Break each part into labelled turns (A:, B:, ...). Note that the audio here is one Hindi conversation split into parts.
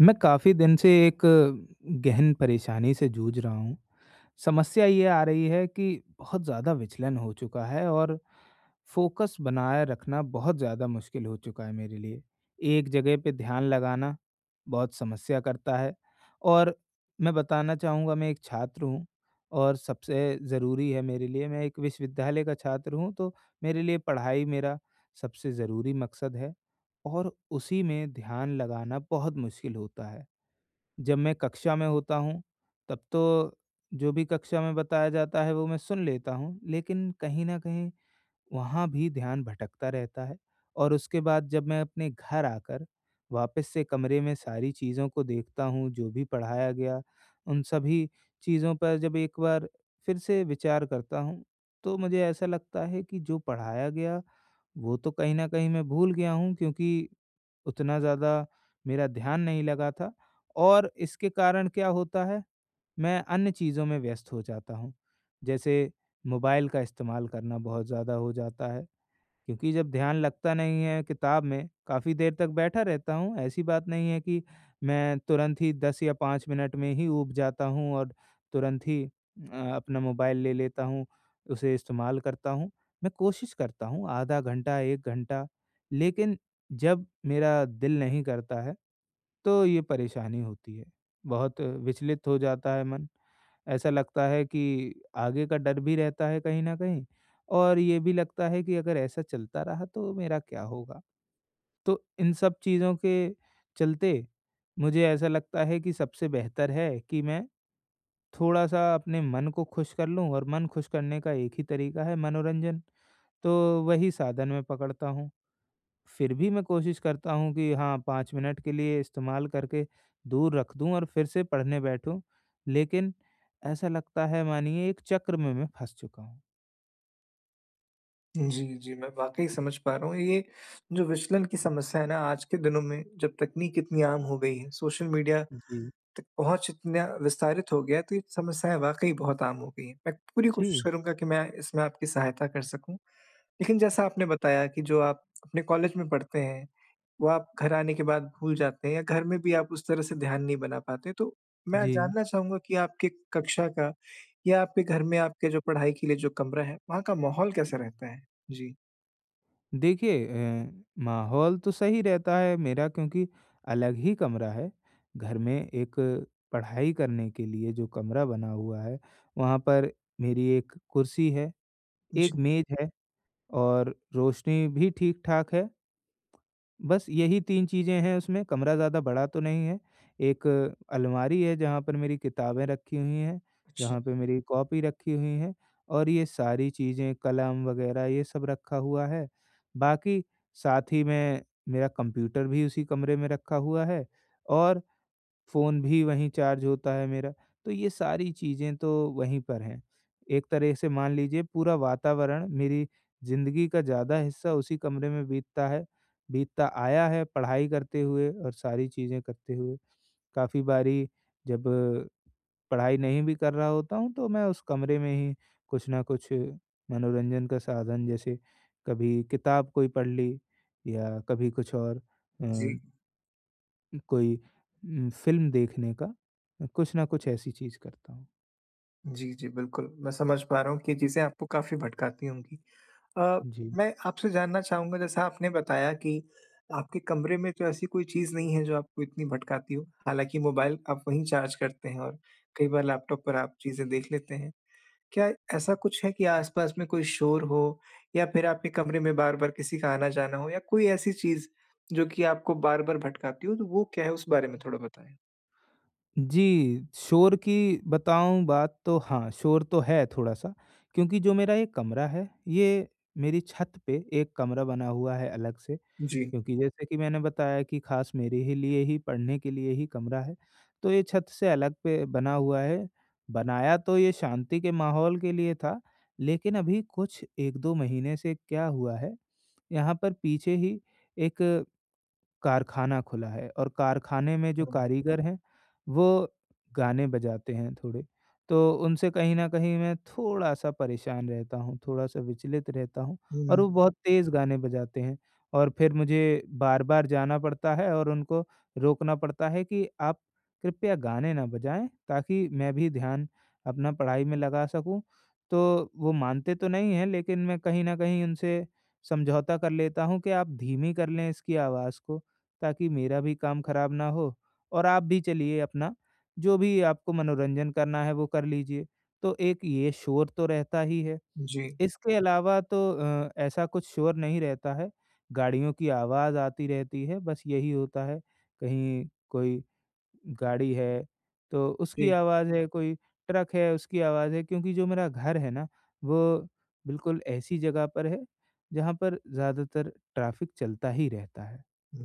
A: मैं काफ़ी दिन से एक गहन परेशानी से जूझ रहा हूँ। समस्या ये आ रही है कि बहुत ज़्यादा विचलन हो चुका है और फोकस बनाए रखना बहुत ज़्यादा मुश्किल हो चुका है मेरे लिए। एक जगह पे ध्यान लगाना बहुत समस्या करता है और मैं बताना चाहूँगा, मैं एक छात्र हूँ और सबसे ज़रूरी है मेरे लिए, मैं एक विश्वविद्यालय का छात्र हूँ तो मेरे लिए पढ़ाई मेरा सबसे ज़रूरी मकसद है और उसी में ध्यान लगाना बहुत मुश्किल होता है। जब मैं कक्षा में होता हूँ, तब तो जो भी कक्षा में बताया जाता है वो मैं सुन लेता हूँ, लेकिन कहीं न कहीं वहाँ भी ध्यान भटकता रहता है। और उसके बाद जब मैं अपने घर आकर वापस से कमरे में सारी चीज़ों को देखता हूँ, जो भी पढ़ाया गया, उन सभी चीज़ों पर जब एक बार फिर से विचार करता हूँ, तो मुझे ऐसा लगता है कि जो पढ़ाया गया वो तो कहीं न कहीं मैं भूल गया हूँ, क्योंकि उतना ज़्यादा मेरा ध्यान नहीं लगा था। और इसके कारण क्या होता है, मैं अन्य चीज़ों में व्यस्त हो जाता हूँ। जैसे मोबाइल का इस्तेमाल करना बहुत ज़्यादा हो जाता है। क्योंकि जब ध्यान लगता नहीं है किताब में, काफ़ी देर तक बैठा रहता हूँ, ऐसी बात नहीं है कि मैं तुरंत ही 10 या 5 मिनट में ही ऊब जाता हूँ और तुरंत ही अपना मोबाइल ले लेता हूँ, उसे इस्तेमाल करता हूँ। मैं कोशिश करता हूँ आधा घंटा, 1 घंटा, लेकिन जब मेरा दिल नहीं करता है, तो ये परेशानी होती है। बहुत विचलित हो जाता है मन, ऐसा लगता है कि आगे का डर भी रहता है कहीं न कहीं। और ये भी लगता है कि अगर ऐसा चलता रहा तो मेरा क्या होगा? तो इन सब चीज़ों के चलते मुझे ऐसा लगता है कि सबसे बेहतर है कि मैं थोड़ा-सा अपने मन को खुश कर लूँ और मन खुश करने का एक ही तरीका है मनोरंजन। तो वही साधन मैं पकड़ता हूँ। फिर भी मैं कोशिश करता हूँ कि हाँ, 5 मिनट के लिए इस्तेमाल करके दूर रख दूँ और फिर से पढ़ने बैठूँ। लेकिन ऐसा लगता है, मानिए एक चक्र में मैं फँस चुका हूँ।
B: जी, जी, मैं वाक़ई समझ पा रहा हूँ। ये जो विचलन की समस्या है ना आज के दिनों में जब तकनीक इतनी आम हो गई है, सोशल मीडिया
A: जी।
B: तक पहुँच इतना विस्तारित हो गया है तो ये समस्याएँ वाक़ई बहुत आम हो गई हैं। मैं पूरी कोशिश
A: जी।
B: करूँगा कि मैं इसमें आपकी सहायता कर सकूँ। लेकिन जैसा आपने बताया कि जो आप अपने कॉलेज में पढ़ते हैं, वो आप घर आने के बाद भूल जाते हैं या घर में भी आप उस तरह से ध्यान नहीं बना पाते। तो मैं
A: जी।
B: जानना चाहूँगा कि आपके कक्षा का या आपके घर में आपके जो पढ़ाई के लिए जो कमरा है, वहाँ का माहौल कैसा रहता है? जी।
A: देखिए माहौल तो सही रहता है मेरा, क्योंकि अलग ही कमरा है। घर में एक पढ़ाई करने के लिए जो कमरा बना हुआ है, वहाँ पर मेरी एक कुर्सी है,
B: जी,
A: एक मेज़ है और रोशनी भी ठीक-ठाक है। बस यही 3 चीज़ें हैं उसमें, कमरा ज़्यादा बड़ा तो नहीं है। एक अलमारी है जहाँ पर मेरी किताबें रखी हुई हैं,
B: अच्छा।
A: जहाँ पे मेरी कॉपी रखी हुई हैं और ये सारी चीज़ें कलम वग़ैरह ये सब रखा हुआ है। बाकी साथ ही में मेरा कंप्यूटर भी उसी कमरे में रखा हुआ है और फ़ोन भी वहीं चार्ज होता है मेरा। तो ये सारी चीज़ें तो वहीं पर हैं। एक तरह से मान लीजिए पूरा वातावरण मेरी ज़िंदगी का ज़्यादा हिस्सा उसी कमरे में बीतता है, बीतता आया है पढ़ाई करते हुए और सारी चीज़ें करते हुए। काफ़ी बारी जब पढ़ाई नहीं भी कर रहा होता हूँ तो मैं उस कमरे में ही कुछ न कुछ मनोरंजन का साधन, जैसे कभी किताब कोई पढ़ ली या कभी कुछ और
B: जी,
A: अ कोई फ़िल्म देखने का, कुछ ना कुछ ऐसी चीज़ करता हूँ।
B: जी, जी, बिल्कुल, मैं समझ पा रहा हूँ कि ये चीज़ें आपको काफ़ी भटकाती होंगी। अ,
A: जी।
B: मैं आपसे जानना चाहूँगा जैसा आपने बताया कि आपके कमरे में तो ऐसी कोई चीज़ नहीं है जो आपको इतनी भटकाती हो, हालाँकि मोबाइल आप वहीं चार्ज करते हैं और कई बार लैपटॉप पर आप चीज़ें देख लेते हैं। क्या ऐसा कुछ है कि आस-पास में कोई शोर हो या फिर आपके कमरे में बार-बार किसी का आना-जाना हो या कोई ऐसी चीज़ जो कि आपको बार-बार भटकाती हो, तो वो क्या है उस बारे में थोड़ा बताएँ?
A: जी, शोर की बताऊँ बात तो हाँ, शोर तो है थोड़ा-सा क्योंकि जो मेरा ये कमरा है, ये मेरी छत पे एक कमरा बना हुआ है अलग से।
B: जी।
A: क्योंकि जैसे कि मैंने बताया कि खास मेरे ही लिए ही पढ़ने के लिए ही कमरा है, तो ये छत से अलग पे बना हुआ है। बनाया तो ये शांति के माहौल के लिए था, लेकिन अभी कुछ 1-2 महीने से क्या हुआ है, यहाँ पर पीछे ही एक कारखाना खुला है और कारखाने में जो
B: हुँ,
A: कारीगर हैं, वो गाने बजाते हैं थोड़े। तो उनसे कहीं न कहीं मैं थोड़ा-सा परेशान रहता हूँ, थोड़ा-सा विचलित रहता हूँ
B: हुँ।
A: और वो बहुत तेज़ गाने बजाते हैं और फिर मुझे बार-बार जाना पड़ता है और उनको रोकना पड़ता है कि आप कृपया गाने ना बजाएँ ताकि मैं भी ध्यान अपना पढ़ाई में लगा सकूँ। तो वो मानते तो नहीं हैं, लेकिन मैं कहीं न कहीं उनसे समझौता कर लेता हूँ कि आप धीमी कर लें इसकी आवाज़ को ताकि मेरा भी काम खराब ना हो और आप भी चलिए अपना जो भी आपको मनोरंजन करना है वो कर लीजिए। तो एक ये शोर तो रहता ही है।
B: जी,
A: इसके अलावा तो ऐसा कुछ शोर नहीं रहता है। गाड़ियों की आवाज़ आती रहती है, बस यही होता है। कहीं कोई गाड़ी है तो उसकी
B: जी,
A: आवाज़ है, कोई ट्रक है उसकी आवाज़ है क्योंकि जो मेरा घर है ना, वो बिल्कुल ऐसी जगह पर है जहाँ पर ज़्यादातर ट्रैफ़िक चलता ही रहता है।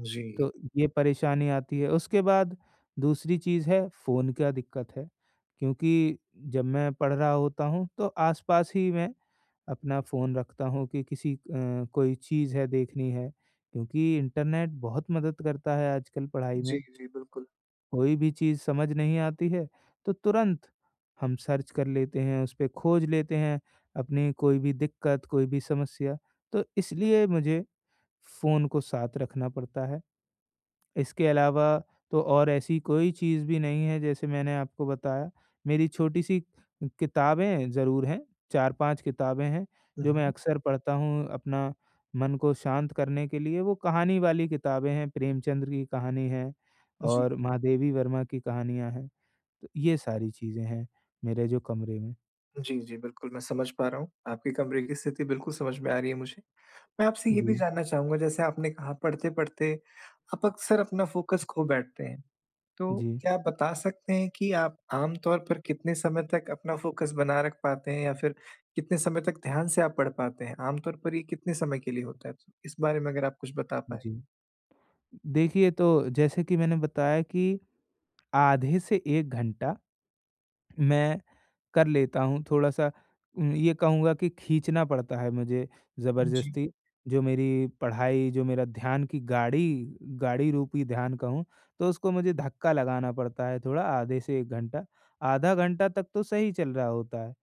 B: जी,
A: तो ये परेशानी आती है। उसके बाद दूसरी चीज़ है फ़ोन का दिक्कत है, क्योंकि जब मैं पढ़ रहा होता हूँ तो आस-पास ही मैं अपना फ़ोन रखता हूँ कि किसी कोई चीज़ है देखनी है, क्योंकि इंटरनेट बहुत मदद करता है आजकल पढ़ाई
B: जी,
A: में।
B: जी, बिल्कुल।
A: कोई भी चीज़ समझ नहीं आती है तो तुरंत हम सर्च कर लेते हैं, उस पे खोज लेते हैं अपनी कोई भी दिक्कत, कोई भी समस्या। तो इसलिए मुझे फ़ोन को साथ रखना पड़ता है। इसके अलावा तो और ऐसी कोई चीज़ भी नहीं है, जैसे मैंने आपको बताया। मेरी छोटी-सी किताबें ज़रूर हैं, 4-5 किताबें हैं
B: हुँ,
A: जो मैं
B: हुँ।
A: अक्सर पढ़ता हूँ अपना मन को शांत करने के लिए। वो कहानी वाली किताबें हैं, प्रेमचंद्र की कहानी है
B: जी,
A: और महादेवी वर्मा की कहानियाँ हैं। तो ये सारी चीज़ें हैं मेरे जो कमरे में।
B: जी, जी, बिल्कुल मैं समझ पा रहा हूँ, आपके कमरे की स्थिति बिल्कुल समझ में आ रही है मुझे। मैं आपसे ये भी
A: जी,
B: जानना चाहूँगा जैसे आपने कहा पढ़ते-पढ़ते आप अक्सर अपना फ़ोकस खो बैठते हैं, तो
A: जी,
B: क्या आप बता सकते हैं कि आप आम तौर पर कितने समय तक अपना फ़ोकस बना रख पाते हैं या फिर कितने समय तक ध्यान से आप पढ़ पाते हैं? आम तौर पर ये कितने समय के लिए होता है? तो इस बारे में अगर आप कुछ बता पाएँ?
A: जी।
B: तो।
A: देखिए तो जैसे कि मैंने बताया कि आधे से 1 घंटा मैं कर लेता हूँ, थोड़ा-सा ये कहूँगा कि खींचना पड़ता है मुझे
B: जी,
A: ज़बरदस्ती। जो मेरी पढ़ाई, जो मेरा ध्यान की गाड़ी गाड़ी रूपी ध्यान कहूँ, तो उसको मुझे धक्का लगाना पड़ता है थोड़ा आधे से 1 घंटा। आधा घंटा तक तो सही चल रहा होता है।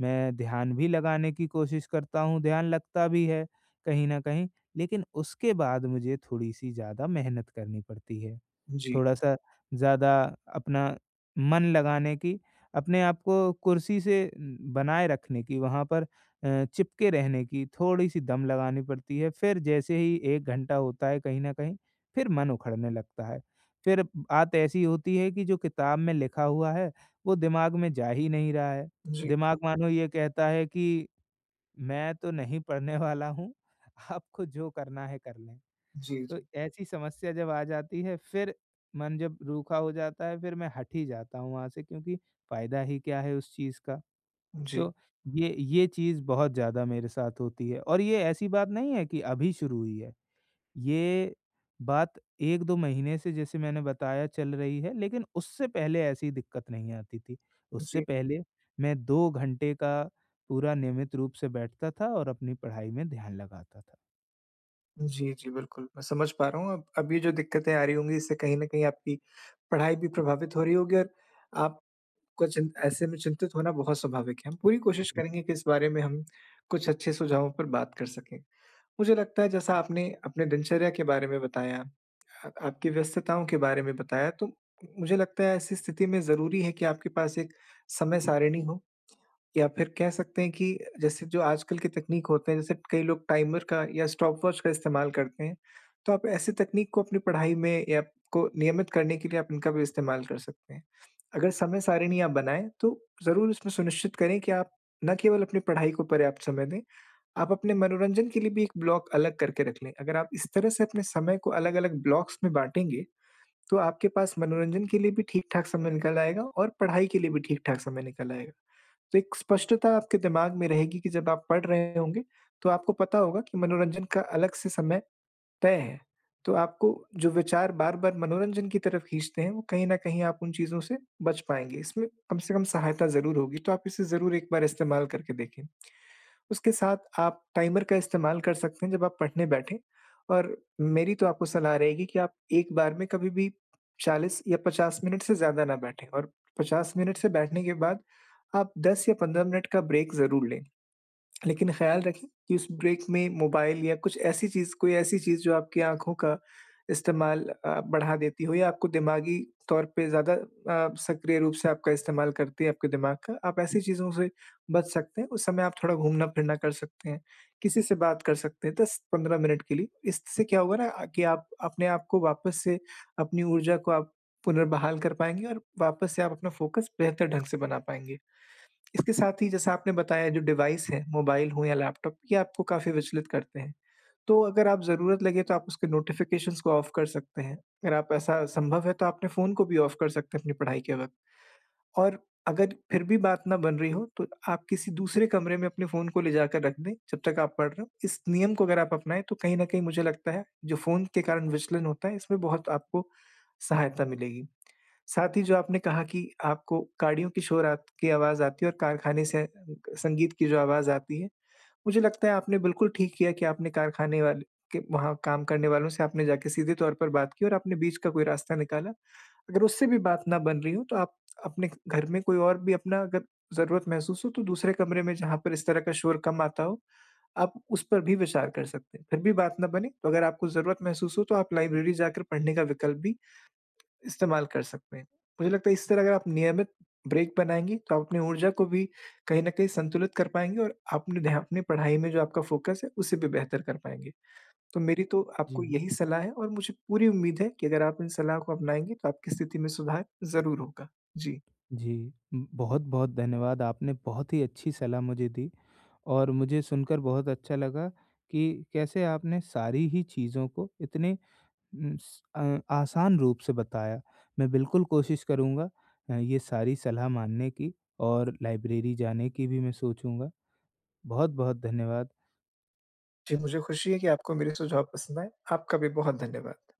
A: मैं ध्यान भी लगाने की कोशिश करता हूँ, ध्यान लगता भी है कहीं न कहीं, लेकिन उसके बाद मुझे थोड़ी-सी ज़्यादा मेहनत करनी पड़ती है।
B: जी,
A: थोड़ा-सा ज़्यादा अपना मन लगाने की, अपने आप को कुर्सी से बनाए रखने की, वहाँ पर चिपके रहने की थोड़ी-सी दम लगानी पड़ती है। फिर जैसे ही 1 घंटा होता है कहीं न कहीं, फिर मन उखड़ने लगता है। फिर बात ऐसी होती है कि जो किताब में लिखा हुआ है, वो दिमाग में जा ही नहीं रहा है।
B: जी,
A: दिमाग मानो ये कहता है कि मैं तो नहीं पढ़ने वाला हूँ, आपको जो करना है कर लें।
B: जी,
A: तो ऐसी समस्या जब आ जाती है, फिर मन जब रूखा हो जाता है, फिर मैं हट ही जाता हूँ वहाँ से, क्योंकि फ़ायदा ही क्या है उस चीज़ का।
B: जी, जी,
A: तो ये चीज़ बहुत ज़्यादा मेरे साथ होती है और ये ऐसी बात नहीं है कि अभी शुरू हुई है। ये बात 1-2 महीने से, जैसे मैंने बताया, चल रही है, लेकिन उससे पहले ऐसी दिक्कत नहीं आती थी। उससे
B: जी।
A: पहले मैं 2 घंटे का पूरा नियमित रूप से बैठता था और अपनी पढ़ाई में ध्यान लगाता था।
B: जी, जी, बिल्कुल, मैं समझ पा रहा हूँ। अब ये जो दिक्कतें आ रही होंगी, इससे कहीं न कहीं आपकी पढ़ाई भी प्रभावित हो रही होगी और आपको चिं ऐसे में चिंतित होना बहुत स्वाभाविक है। हम पूरी कोशिश
A: जी।
B: करेंगे कि इस बारे में हम कुछ अच्छे सुझावों पर बात कर सकें। मुझे लगता है जैसा आपने अपने दिनचर्या के बारे में बताया, आ आपकी व्यस्तताओं के बारे में बताया, तो मुझे लगता है ऐसी स्थिति में ज़रूरी है कि आपके पास एक समय सारिणी हो या फिर कह सकते हैं कि जैसे जो आजकल की तकनीक होते हैं, जैसे कई लोग टाइमर का या स्टॉपवॉच का इस्तेमाल करते हैं, तो आप ऐसी तकनीक को अपनी पढ़ाई में या को नियमित करने के लिए आप इनका भी इस्तेमाल कर सकते हैं। अगर समय सारिणी आप बनाएँ, तो ज़रूर इसमें सुनिश्चित करें कि आप न केवल अपनी पढ़ाई को पर्याप्त समय दें, आप अपने मनोरंजन के लिए भी एक ब्लॉक अलग करके रख लें। अगर आप इस तरह से अपने समय को अलग-अलग ब्लॉक्स में बाँटेंगे, तो आपके पास मनोरंजन के लिए भी ठीक-ठाक समय निकल आएगा और पढ़ाई के लिए भी ठीक-ठाक समय निकल आएगा। तो एक स्पष्टता आपके दिमाग में रहेगी कि जब आप पढ़ रहे होंगे, तो आपको पता होगा कि मनोरंजन का अलग से समय तय है। तो आपको जो विचार बार-बार मनोरंजन की तरफ खींचते हैं, वो कहीं न कहीं आप उन चीज़ों से बच पाएँगे। इसमें कम से कम सहायता ज़रूर होगी, तो आप इसे ज़रूर एक बार इस्तेमाल करके देखें। उसके साथ आप टाइमर का इस्तेमाल कर सकते हैं जब आप पढ़ने बैठें और मेरी तो आपको सलाह रहेगी कि आप एक बार में कभी भी 40 या 50 मिनट से ज़्यादा ना बैठें और 50 मिनट से बैठने के बाद आप 10 या 15 मिनट का ब्रेक ज़रूर लें। लेकिन ख़्याल रखें कि उस ब्रेक में मोबाइल या कुछ ऐसी चीज़ कोई ऐसी चीज़ जो आपकी आँखों का इस्तेमाल बढ़ा देती हो या आपको दिमागी तौर पे ज़्यादा सक्रिय रूप से आपका इस्तेमाल करती है आपके दिमाग का, आप ऐसी चीज़ों से बच सकते हैं। उस समय आप थोड़ा घूमना-फिरना कर सकते हैं, किसी से बात कर सकते हैं 10-15 मिनट के लिए। इससे क्या होगा ना कि आप अपने आप को वापस से अपनी ऊर्जा को आप पुनर्बहाल कर पाएँगे और वापस से आप अपना फ़ोकस बेहतर ढंग से बना पाएँगे। इसके साथ ही जैसा आपने बताया जो डिवाइस है, मोबाइल हो या लैपटॉप, ये आपको काफ़ी विचलित करते हैं। तो अगर आप ज़रूरत लगे तो आप उसके नोटिफ़िकेशंस को ऑफ कर सकते हैं। अगर आप ऐसा संभव है तो आपने फ़ोन को भी ऑफ कर सकते हैं अपनी पढ़ाई के वक़्त। और अगर फिर भी बात ना बन रही हो तो आप किसी दूसरे कमरे में अपने फ़ोन को ले जाकर रख दें जब तक आप पढ़ रहे हो। इस नियम को अगर आप अपनाएँ तो कहीं न कहीं मुझे लगता है जो फ़ोन के कारण विचलन होता है इसमें बहुत आपको सहायता मिलेगी। साथ ही जो आपने कहा कि आपको गाड़ियों की शोर आत की आवाज़ आती है और कारखाने से संगीत की जो आवाज़ आती है, मुझे लगता है आपने बिल्कुल ठीक किया कि आपने कारखाने वाले के वहाँ काम करने वालों से आपने जाके सीधे तौर पर बात की और आपने बीच का कोई रास्ता निकाला। अगर उससे भी बात ना बन रही हो तो आप अपने घर में कोई और भी अपना अगर ज़रूरत महसूस हो तो दूसरे कमरे में जहाँ पर इस तरह का शोर कम आता हो, आप उस पर भी विचार कर सकते हैं। फिर भी बात ना बने तो अगर आपको ज़रूरत महसूस हो तो आप लाइब्रेरी जाकर पढ़ने का विकल्प भी इस्तेमाल कर सकते हैं। मुझे लगता है इस तरह अगर आप नियमित ब्रेक बनाएँगी, तो आप अपनी ऊर्जा को भी कहीं न कहीं संतुलित कर पाएँगी और अपने ध्या अपनी पढ़ाई में जो आपका फ़ोकस है, उसे भी बेहतर कर पाएँगे। तो मेरी तो आपको
A: जी।
B: यही सलाह है और मुझे पूरी उम्मीद है कि अगर आप इन सलाह को अपनाएँगे, तो आपकी स्थिति में सुधार ज़रूर होगा। जी।
A: जी, बहुत-बहुत धन्यवाद। आपने बहुत ही अच्छी सलाह मुझे दी और मुझे सुनकर बहुत अच्छा लगा कि कैसे आपने सारी ही चीज़ों को इतने आसान रूप से बताया। मैं बिल्कुल कोशिश करूँगा ये सारी सलाह मानने की और लाइब्रेरी जाने की भी मैं सोचूँगा। बहुत-बहुत धन्यवाद।
B: जी, मुझे खुशी है कि आपको मेरे सुझाव पसंद आए। आपका भी बहुत धन्यवाद।